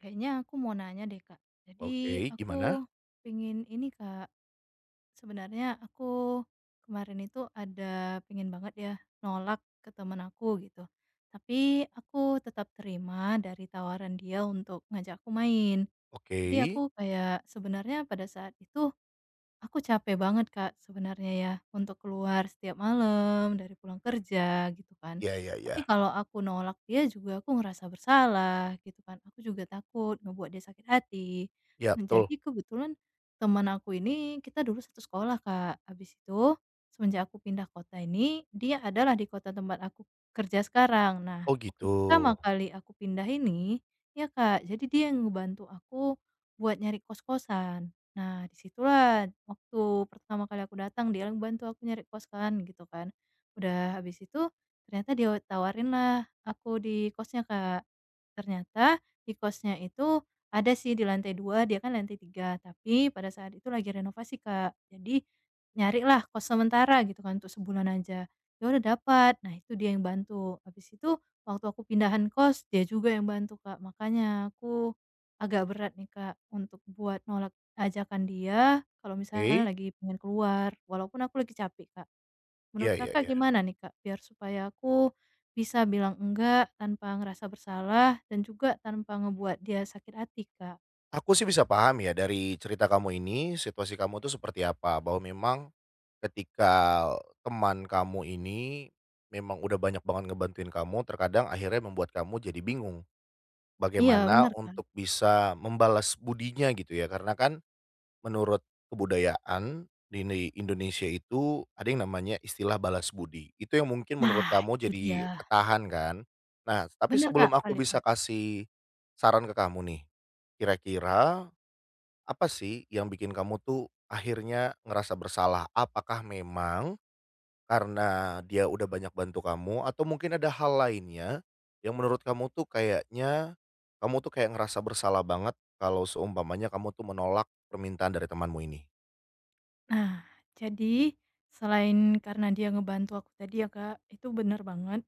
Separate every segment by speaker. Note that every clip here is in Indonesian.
Speaker 1: Kayaknya aku mau nanya deh Kak. Jadi
Speaker 2: Oke, gimana?
Speaker 1: aku pingin ini Kak, sebenarnya aku kemarin itu ada pingin banget ya nolak ke teman aku gitu. Tapi aku tetap terima dari tawaran dia untuk ngajak aku main.
Speaker 2: Oke.
Speaker 1: Jadi aku kayak sebenarnya pada saat itu aku capek banget Kak sebenarnya ya untuk keluar setiap malam dari pulang kerja gitu kan.
Speaker 2: Iya iya iya.
Speaker 1: Tapi kalau aku nolak dia juga aku ngerasa bersalah gitu kan. Aku juga takut ngebuat dia sakit hati.
Speaker 2: Iya
Speaker 1: Nah,
Speaker 2: betul.
Speaker 1: jadi kebetulan teman aku ini kita dulu satu sekolah Kak. Habis itu semenjak aku pindah kota ini dia adalah di kota tempat aku kerja sekarang. Nah,
Speaker 2: Oh
Speaker 1: waktu
Speaker 2: gitu.
Speaker 1: pertama kali aku pindah ini ya Kak, jadi dia yang ngebantu aku buat nyari kos-kosan. Nah, disitulah waktu pertama kali aku datang dia yang bantu aku nyari kos kan, gitu kan. Udah habis itu ternyata dia tawarin lah aku di kosnya, Kak. Ternyata di kosnya itu ada sih di lantai dua, dia kan lantai tiga, tapi pada saat itu lagi renovasi, Kak. Jadi nyarilah kos sementara gitu kan untuk sebulan aja. Ya udah dapat. Nah, itu dia yang bantu. Habis itu waktu aku pindahan kos dia juga yang bantu, Kak. Makanya aku agak berat nih, Kak, untuk buat nolak ajakan dia kalau misalnya
Speaker 2: Oke.
Speaker 1: lagi pengen keluar, walaupun aku lagi capek, Kak.
Speaker 2: Iya
Speaker 1: Menurut
Speaker 2: iya
Speaker 1: Kakak
Speaker 2: iya.
Speaker 1: gimana nih, Kak, biar supaya aku bisa bilang enggak tanpa ngerasa bersalah dan juga tanpa ngebuat dia sakit hati, Kak?
Speaker 2: Aku sih bisa paham ya dari cerita kamu ini, situasi kamu tuh seperti apa, bahwa memang ketika teman kamu ini memang udah banyak banget ngebantuin kamu, terkadang akhirnya membuat kamu jadi bingung
Speaker 1: Iya,
Speaker 2: bagaimana
Speaker 1: bener kan?
Speaker 2: untuk bisa membalas budinya gitu ya, karena kan menurut kebudayaan di Indonesia itu ada yang namanya istilah balas budi. Itu yang mungkin menurut
Speaker 1: Nah,
Speaker 2: kamu
Speaker 1: itu
Speaker 2: jadi
Speaker 1: dia.
Speaker 2: ketahan kan? Nah, tapi
Speaker 1: Bener,
Speaker 2: sebelum
Speaker 1: Kak,
Speaker 2: aku
Speaker 1: valid
Speaker 2: bisa
Speaker 1: banget.
Speaker 2: kasih saran ke kamu nih, kira-kira apa sih yang bikin kamu tuh akhirnya ngerasa bersalah? Apakah memang karena dia udah banyak bantu kamu atau mungkin ada hal lainnya yang menurut kamu tuh kayaknya kamu tuh kayak ngerasa bersalah banget kalau seumpamanya kamu tuh menolak permintaan dari temanmu ini?
Speaker 1: Nah, jadi selain karena dia ngebantu aku tadi ya, Kak, itu bener banget.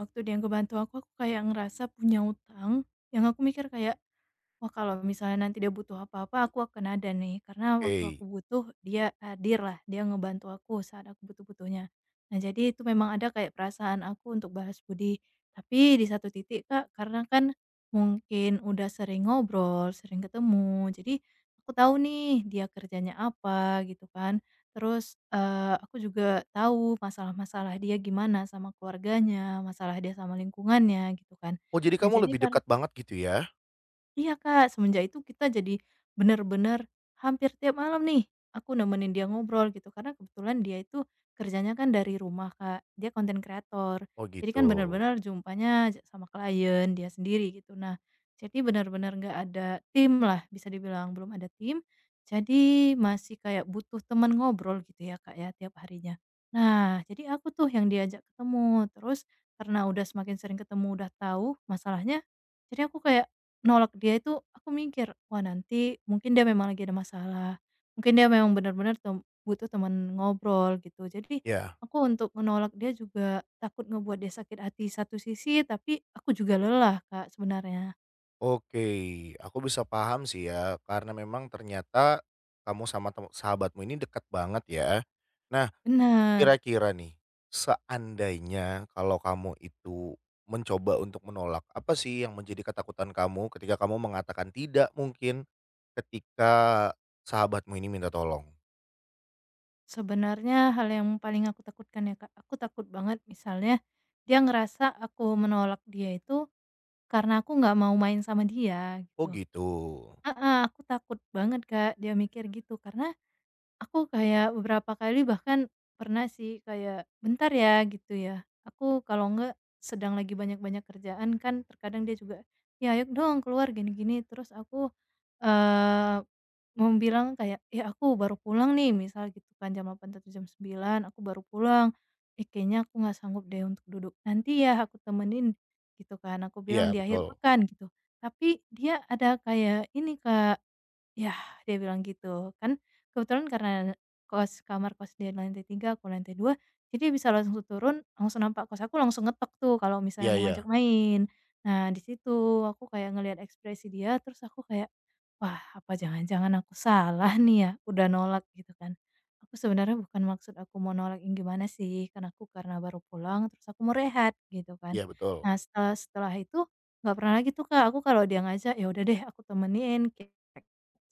Speaker 1: Waktu dia ngebantu aku kayak ngerasa punya utang yang aku mikir kayak, "Wah, kalau misalnya nanti dia butuh apa-apa, aku akan ada nih. Karena waktu
Speaker 2: Oke.
Speaker 1: aku butuh, dia hadir lah. Dia ngebantu aku saat aku butuh-butuhnya." Nah, jadi itu memang ada kayak perasaan aku untuk balas budi. Tapi di satu titik, Kak, karena kan mungkin udah sering ngobrol, sering ketemu. Jadi aku tahu nih dia kerjanya apa gitu kan. Terus eh, aku juga tahu masalah-masalah dia gimana sama keluarganya, masalah dia sama lingkungannya gitu kan.
Speaker 2: Oh, jadi
Speaker 1: Nah,
Speaker 2: kamu
Speaker 1: jadi
Speaker 2: lebih
Speaker 1: karena
Speaker 2: dekat banget gitu ya?
Speaker 1: iya, Kak, semenjak itu kita jadi bener-bener hampir tiap malam nih aku nemenin dia ngobrol gitu, karena kebetulan dia itu kerjanya kan dari rumah, Kak, dia konten kreator.
Speaker 2: Oh,
Speaker 1: Jadi
Speaker 2: gitu.
Speaker 1: kan bener-bener jumpanya ja sama klien, dia sendiri gitu. Nah, jadi bener-bener nggak ada tim lah bisa dibilang, belum ada tim, jadi masih kayak butuh teman ngobrol gitu ya, Kak, ya, tiap harinya. Nah, jadi aku tuh yang diajak ketemu, terus karena udah semakin sering ketemu, udah tahu masalahnya, jadi aku kayak nolak dia itu aku mikir, "Wah, nanti mungkin dia memang lagi ada masalah, mungkin dia memang benar-benar butuh teman ngobrol," gitu. Jadi
Speaker 2: Ya,
Speaker 1: aku untuk menolak dia juga takut ngebuat dia sakit hati satu sisi, tapi aku juga lelah, Kak, sebenarnya.
Speaker 2: oke. Aku bisa paham sih ya, karena memang ternyata kamu sama sahabatmu ini dekat banget ya. Nah,
Speaker 1: Benar.
Speaker 2: kira-kira nih, seandainya kalau kamu itu mencoba untuk menolak, apa sih yang menjadi ketakutan kamu ketika kamu mengatakan tidak mungkin, ketika sahabatmu ini minta tolong?
Speaker 1: Sebenarnya hal yang paling aku takutkan ya, Kak, aku takut banget misalnya dia ngerasa aku menolak dia itu karena aku nggak mau main sama dia
Speaker 2: Oh,
Speaker 1: gitu.
Speaker 2: gitu.
Speaker 1: Heeh, aku takut banget, Kak, dia mikir gitu karena aku kayak beberapa kali bahkan pernah sih kayak, "Bentar ya," gitu ya. Aku kalau enggak sedang lagi banyak-banyak kerjaan kan terkadang dia juga, "Ya ayo dong keluar gini-gini." Terus aku, eee, mau bilang kayak, "Ya aku baru pulang nih," misal gitu kan jam 8.00 atau jam 9.00, "Aku baru pulang. Eh kayaknya aku nggak sanggup deh untuk duduk. Nanti ya aku temenin," gitu kan. Aku bilang
Speaker 2: Iya,
Speaker 1: di akhir
Speaker 2: betul.
Speaker 1: pekan gitu. Tapi dia ada kayak ini, Kak, yah, dia bilang gitu. Kan kebetulan karena kamar kos dia di lantai tiga, aku lantai dua, jadi dia bisa langsung turun, langsung nampak kos aku, langsung ngetok tuh kalau misalnya
Speaker 2: Iya
Speaker 1: mau ngajak
Speaker 2: iya.
Speaker 1: main. Nah, di situ aku kayak ngelihat ekspresi dia, terus aku kayak, "Wah, apa jangan-jangan aku salah nih ya, udah nolak gitu kan." Aku sebenarnya bukan maksud aku mau nolak yang gimana sih, kan aku karena baru pulang terus aku mau rehat gitu kan.
Speaker 2: Iya, betul.
Speaker 1: Nah, setelah setelah itu nggak pernah lagi tuh Kak, aku kalau dia ngajak, ya udah deh aku temenin kayak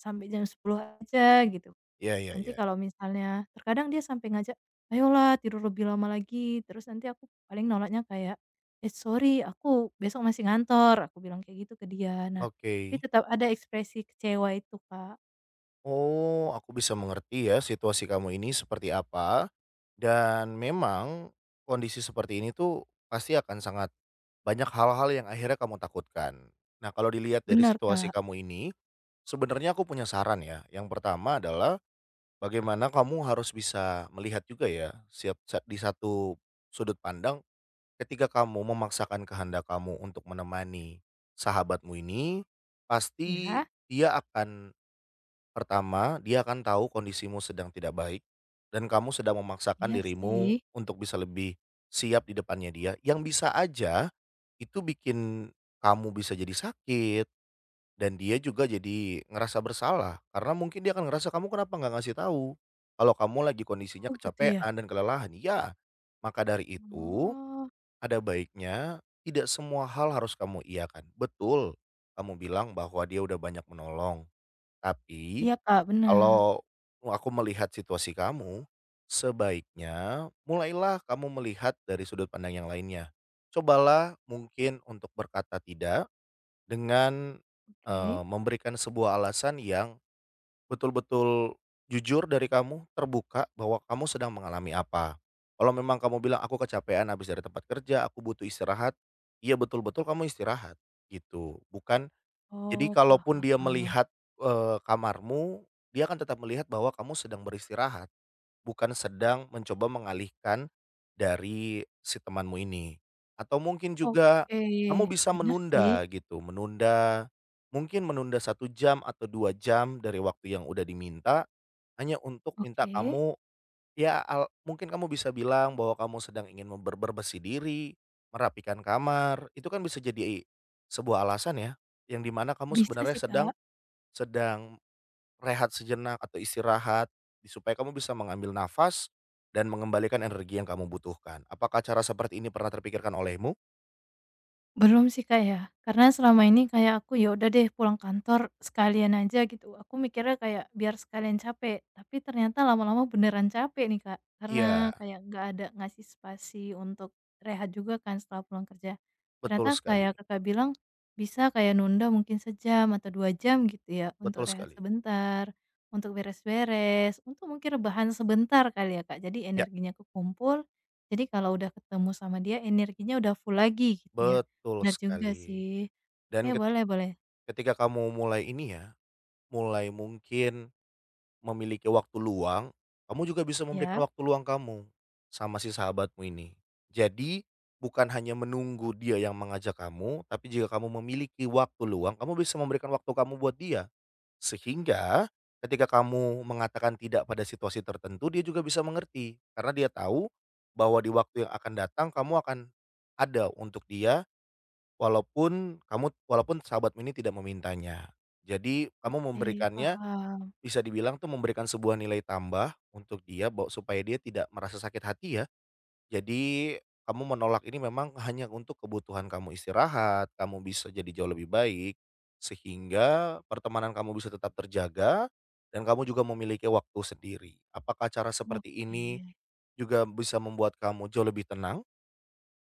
Speaker 1: sampai jam 10 aja gitu.
Speaker 2: Iya iya
Speaker 1: Nanti
Speaker 2: iya.
Speaker 1: kalau misalnya terkadang dia sampai ngajak, "Ayolah tidur lebih lama lagi," terus nanti aku paling nolaknya kayak, "Eh sorry aku besok masih ngantor," aku bilang kayak gitu ke dia. Nah, tapi
Speaker 2: Oke.
Speaker 1: tetap ada ekspresi kecewa itu, Kak.
Speaker 2: Oh, aku bisa mengerti ya situasi kamu ini seperti apa. Dan memang kondisi seperti ini tuh pasti akan sangat banyak hal-hal yang akhirnya kamu takutkan. Nah, kalau dilihat dari
Speaker 1: Benar
Speaker 2: situasi
Speaker 1: Kak.
Speaker 2: kamu ini, sebenarnya aku punya saran ya. Yang pertama adalah bagaimana kamu harus bisa melihat juga ya, di satu sudut pandang ketika kamu memaksakan kehendak kamu untuk menemani sahabatmu ini, pasti
Speaker 1: Iya?
Speaker 2: dia akan pertama, dia akan tahu kondisimu sedang tidak baik dan kamu sedang memaksakan
Speaker 1: Iya
Speaker 2: dirimu
Speaker 1: sih.
Speaker 2: untuk bisa lebih siap di depannya dia, yang bisa aja itu bikin kamu bisa jadi sakit dan dia juga jadi ngerasa bersalah karena mungkin dia akan ngerasa kamu kenapa nggak ngasih tahu kalau kamu lagi kondisinya
Speaker 1: Oh gitu ya?
Speaker 2: kecapean dan kelelahan. Ya, maka dari itu
Speaker 1: Oh.
Speaker 2: ada baiknya tidak semua hal harus kamu iakan. Betul, kamu bilang bahwa dia udah banyak menolong, tapi
Speaker 1: Iya, Kak, benar.
Speaker 2: kalau aku melihat situasi kamu, sebaiknya mulailah kamu melihat dari sudut pandang yang lainnya. Cobalah mungkin untuk berkata tidak dengan,
Speaker 1: Oke.
Speaker 2: memberikan sebuah alasan yang betul-betul jujur dari kamu, terbuka bahwa kamu sedang mengalami apa. Kalau memang kamu bilang, "Aku kecapean habis dari tempat kerja, aku butuh istirahat," iya betul-betul kamu istirahat gitu, bukan jadi
Speaker 1: Oh,
Speaker 2: kalaupun dia
Speaker 1: paham.
Speaker 2: melihat, kamarmu, dia akan tetap melihat bahwa kamu sedang beristirahat, bukan sedang mencoba mengalihkan dari si temanmu ini. Atau mungkin juga
Speaker 1: Oke.
Speaker 2: kamu bisa
Speaker 1: Benar sih.
Speaker 2: menunda gitu, mungkin menunda 1 jam atau 2 jam dari waktu yang udah diminta, hanya untuk minta
Speaker 1: Oke.
Speaker 2: kamu ya al mungkin kamu bisa bilang bahwa kamu sedang ingin bersih diri, merapikan kamar, itu kan bisa jadi sebuah alasan ya, yang dimana kamu
Speaker 1: Bisa sih,
Speaker 2: sebenarnya sedang
Speaker 1: Kak.
Speaker 2: sedang rehat sejenak atau istirahat, supaya kamu bisa mengambil nafas dan mengembalikan energi yang kamu butuhkan. Apakah cara seperti ini pernah terpikirkan olehmu?
Speaker 1: Belum sih, Kak, ya. Karena selama ini kayak aku, ya udah deh pulang kantor sekalian aja gitu. Aku mikirnya kayak biar sekalian capek, tapi ternyata lama-lama beneran capek nih, Kak. Karena
Speaker 2: Iya,
Speaker 1: kayak nggak ada ngasih spasi untuk rehat juga kan setelah pulang kerja.
Speaker 2: betul
Speaker 1: Ternyata kayak
Speaker 2: sekali
Speaker 1: Kakak bilang bisa kayak nunda mungkin sejam atau 2 jam gitu ya untuk
Speaker 2: betul
Speaker 1: rehat
Speaker 2: sekali.
Speaker 1: sebentar, untuk beres-beres, untuk mungkin rebahan sebentar kali ya, Kak. Jadi
Speaker 2: Ya,
Speaker 1: energinya kekumpul, jadi kalau udah ketemu sama dia energinya udah full lagi gitu ya.
Speaker 2: betul
Speaker 1: Bener juga
Speaker 2: sekali.
Speaker 1: sih. Oke,
Speaker 2: Dan
Speaker 1: boleh boleh.
Speaker 2: ketika kamu mulai ini ya, mulai mungkin memiliki waktu luang, kamu juga bisa memberikan
Speaker 1: Ya?
Speaker 2: waktu luang kamu sama si sahabatmu ini. Jadi, bukan hanya menunggu dia yang mengajak kamu, tapi jika kamu memiliki waktu luang, kamu bisa memberikan waktu kamu buat dia. Sehingga ketika kamu mengatakan tidak pada situasi tertentu, dia juga bisa mengerti karena dia tahu bahwa di waktu yang akan datang kamu akan ada untuk dia walaupun kamu walaupun sahabatmu ini tidak memintanya. Jadi, kamu
Speaker 1: Oke,
Speaker 2: memberikannya
Speaker 1: paham.
Speaker 2: bisa dibilang tuh memberikan sebuah nilai tambah untuk dia bawa supaya dia tidak merasa sakit hati ya. Jadi kamu menolak ini memang hanya untuk kebutuhan kamu istirahat, kamu bisa jadi jauh lebih baik sehingga pertemanan kamu bisa tetap terjaga dan kamu juga memiliki waktu sendiri. Apakah cara seperti
Speaker 1: Oke.
Speaker 2: ini juga bisa membuat kamu jauh lebih tenang?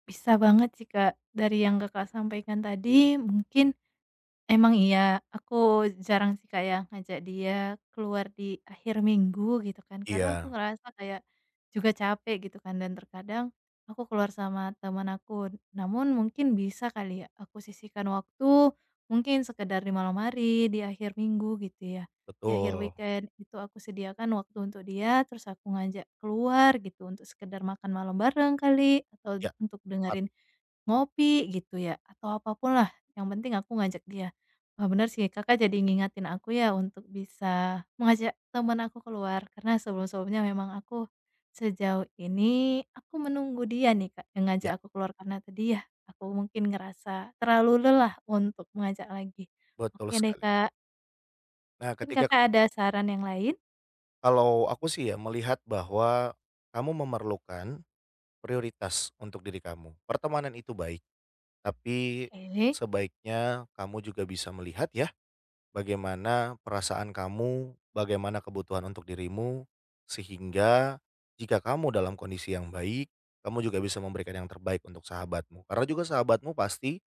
Speaker 1: Bisa banget sih, Kak. Dari yang Kakak sampaikan tadi mungkin emang iya, aku jarang sih Kak ya ngajak dia keluar di akhir minggu gitu kan, karena aku
Speaker 2: Iya,
Speaker 1: ngerasa kayak juga capek gitu kan dan terkadang aku keluar sama teman aku. Namun mungkin bisa kali ya aku sisihkan waktu, mungkin sekedar di malam hari, di akhir minggu gitu ya. Di akhir
Speaker 2: betul.
Speaker 1: weekend itu aku sediakan waktu untuk dia, terus aku ngajak keluar gitu untuk sekedar makan malam bareng kali atau
Speaker 2: Ya,
Speaker 1: untuk
Speaker 2: tepat.
Speaker 1: dengerin ngopi gitu ya atau apapun lah, yang penting aku ngajak dia. Wah bener sih, Kakak jadi ngingatin aku ya untuk bisa mengajak teman aku keluar, karena sebelum-sebelumnya memang aku sejauh ini aku menunggu dia nih, Kak, yang
Speaker 2: Ya,
Speaker 1: ngajak aku keluar karena tadi ya aku mungkin ngerasa terlalu lelah untuk mengajak lagi.
Speaker 2: betul
Speaker 1: Oke deh,
Speaker 2: sekali.
Speaker 1: Kak,
Speaker 2: Nah,
Speaker 1: mungkin Kakak ada saran yang lain?
Speaker 2: kalau aku sih ya melihat bahwa kamu memerlukan prioritas untuk diri kamu. Pertemanan itu baik, tapi
Speaker 1: Oke,
Speaker 2: sebaiknya kamu juga bisa melihat ya bagaimana perasaan kamu, bagaimana kebutuhan untuk dirimu sehingga jika kamu dalam kondisi yang baik, kamu juga bisa memberikan yang terbaik untuk sahabatmu. Karena juga sahabatmu pasti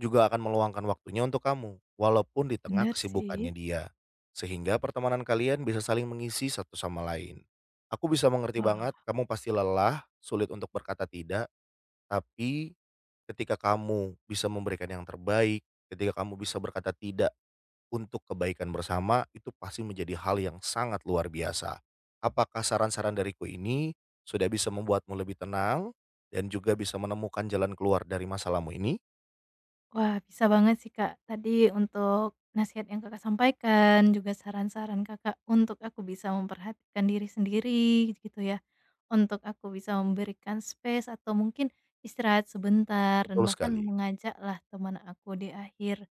Speaker 2: juga akan meluangkan waktunya untuk kamu walaupun di tengah
Speaker 1: bener sih.
Speaker 2: kesibukannya dia. Sehingga pertemanan kalian bisa saling mengisi satu sama lain. Aku bisa mengerti banget
Speaker 1: Wah.
Speaker 2: kamu pasti lelah, sulit untuk berkata tidak tapi ketika kamu bisa memberikan yang terbaik, ketika kamu bisa berkata tidak untuk kebaikan bersama, itu pasti menjadi hal yang sangat luar biasa. Apakah saran-saran dariku ini sudah bisa membuatmu lebih tenang dan juga bisa menemukan jalan keluar dari masalahmu ini?
Speaker 1: Wah, bisa banget sih, Kak. Tadi untuk nasihat yang Kakak sampaikan, juga saran-saran Kakak untuk aku bisa memperhatikan diri sendiri gitu ya. Untuk aku bisa memberikan space atau mungkin istirahat sebentar dan
Speaker 2: Betul
Speaker 1: bahkan
Speaker 2: sekali,
Speaker 1: mengajaklah teman aku di akhir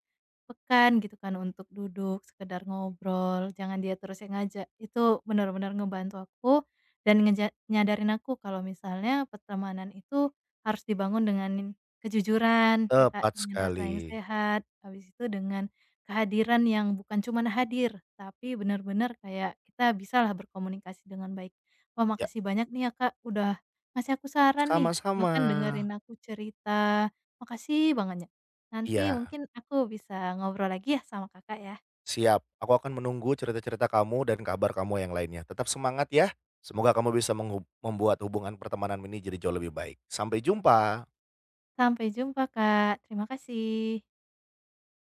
Speaker 1: pekan gitu kan untuk duduk, sekedar ngobrol, jangan dia terus yang ngajak. Itu benar-benar ngebantu aku dan nyadarin aku kalau misalnya pertemanan itu harus dibangun dengan kejujuran ya, Kak,
Speaker 2: tepat
Speaker 1: dengan rasa
Speaker 2: sekali.
Speaker 1: yang sehat, habis itu dengan kehadiran yang bukan cuma hadir, tapi benar-benar kayak kita bisa lah berkomunikasi dengan baik. Wah,
Speaker 2: Ya,
Speaker 1: makasih banyak nih ya, Kak, udah ngasih aku saran nih,
Speaker 2: sama-sama.
Speaker 1: bahkan dengerin aku cerita. Makasih banget ya. Nanti
Speaker 2: Iya.
Speaker 1: mungkin aku bisa ngobrol lagi ya sama Kakak ya.
Speaker 2: Siap, aku akan menunggu cerita-cerita kamu dan kabar kamu yang lainnya. Tetap semangat ya. Semoga kamu bisa membuat hubungan pertemanan ini jadi jauh lebih baik. Sampai jumpa.
Speaker 1: Sampai jumpa Kak, terima kasih.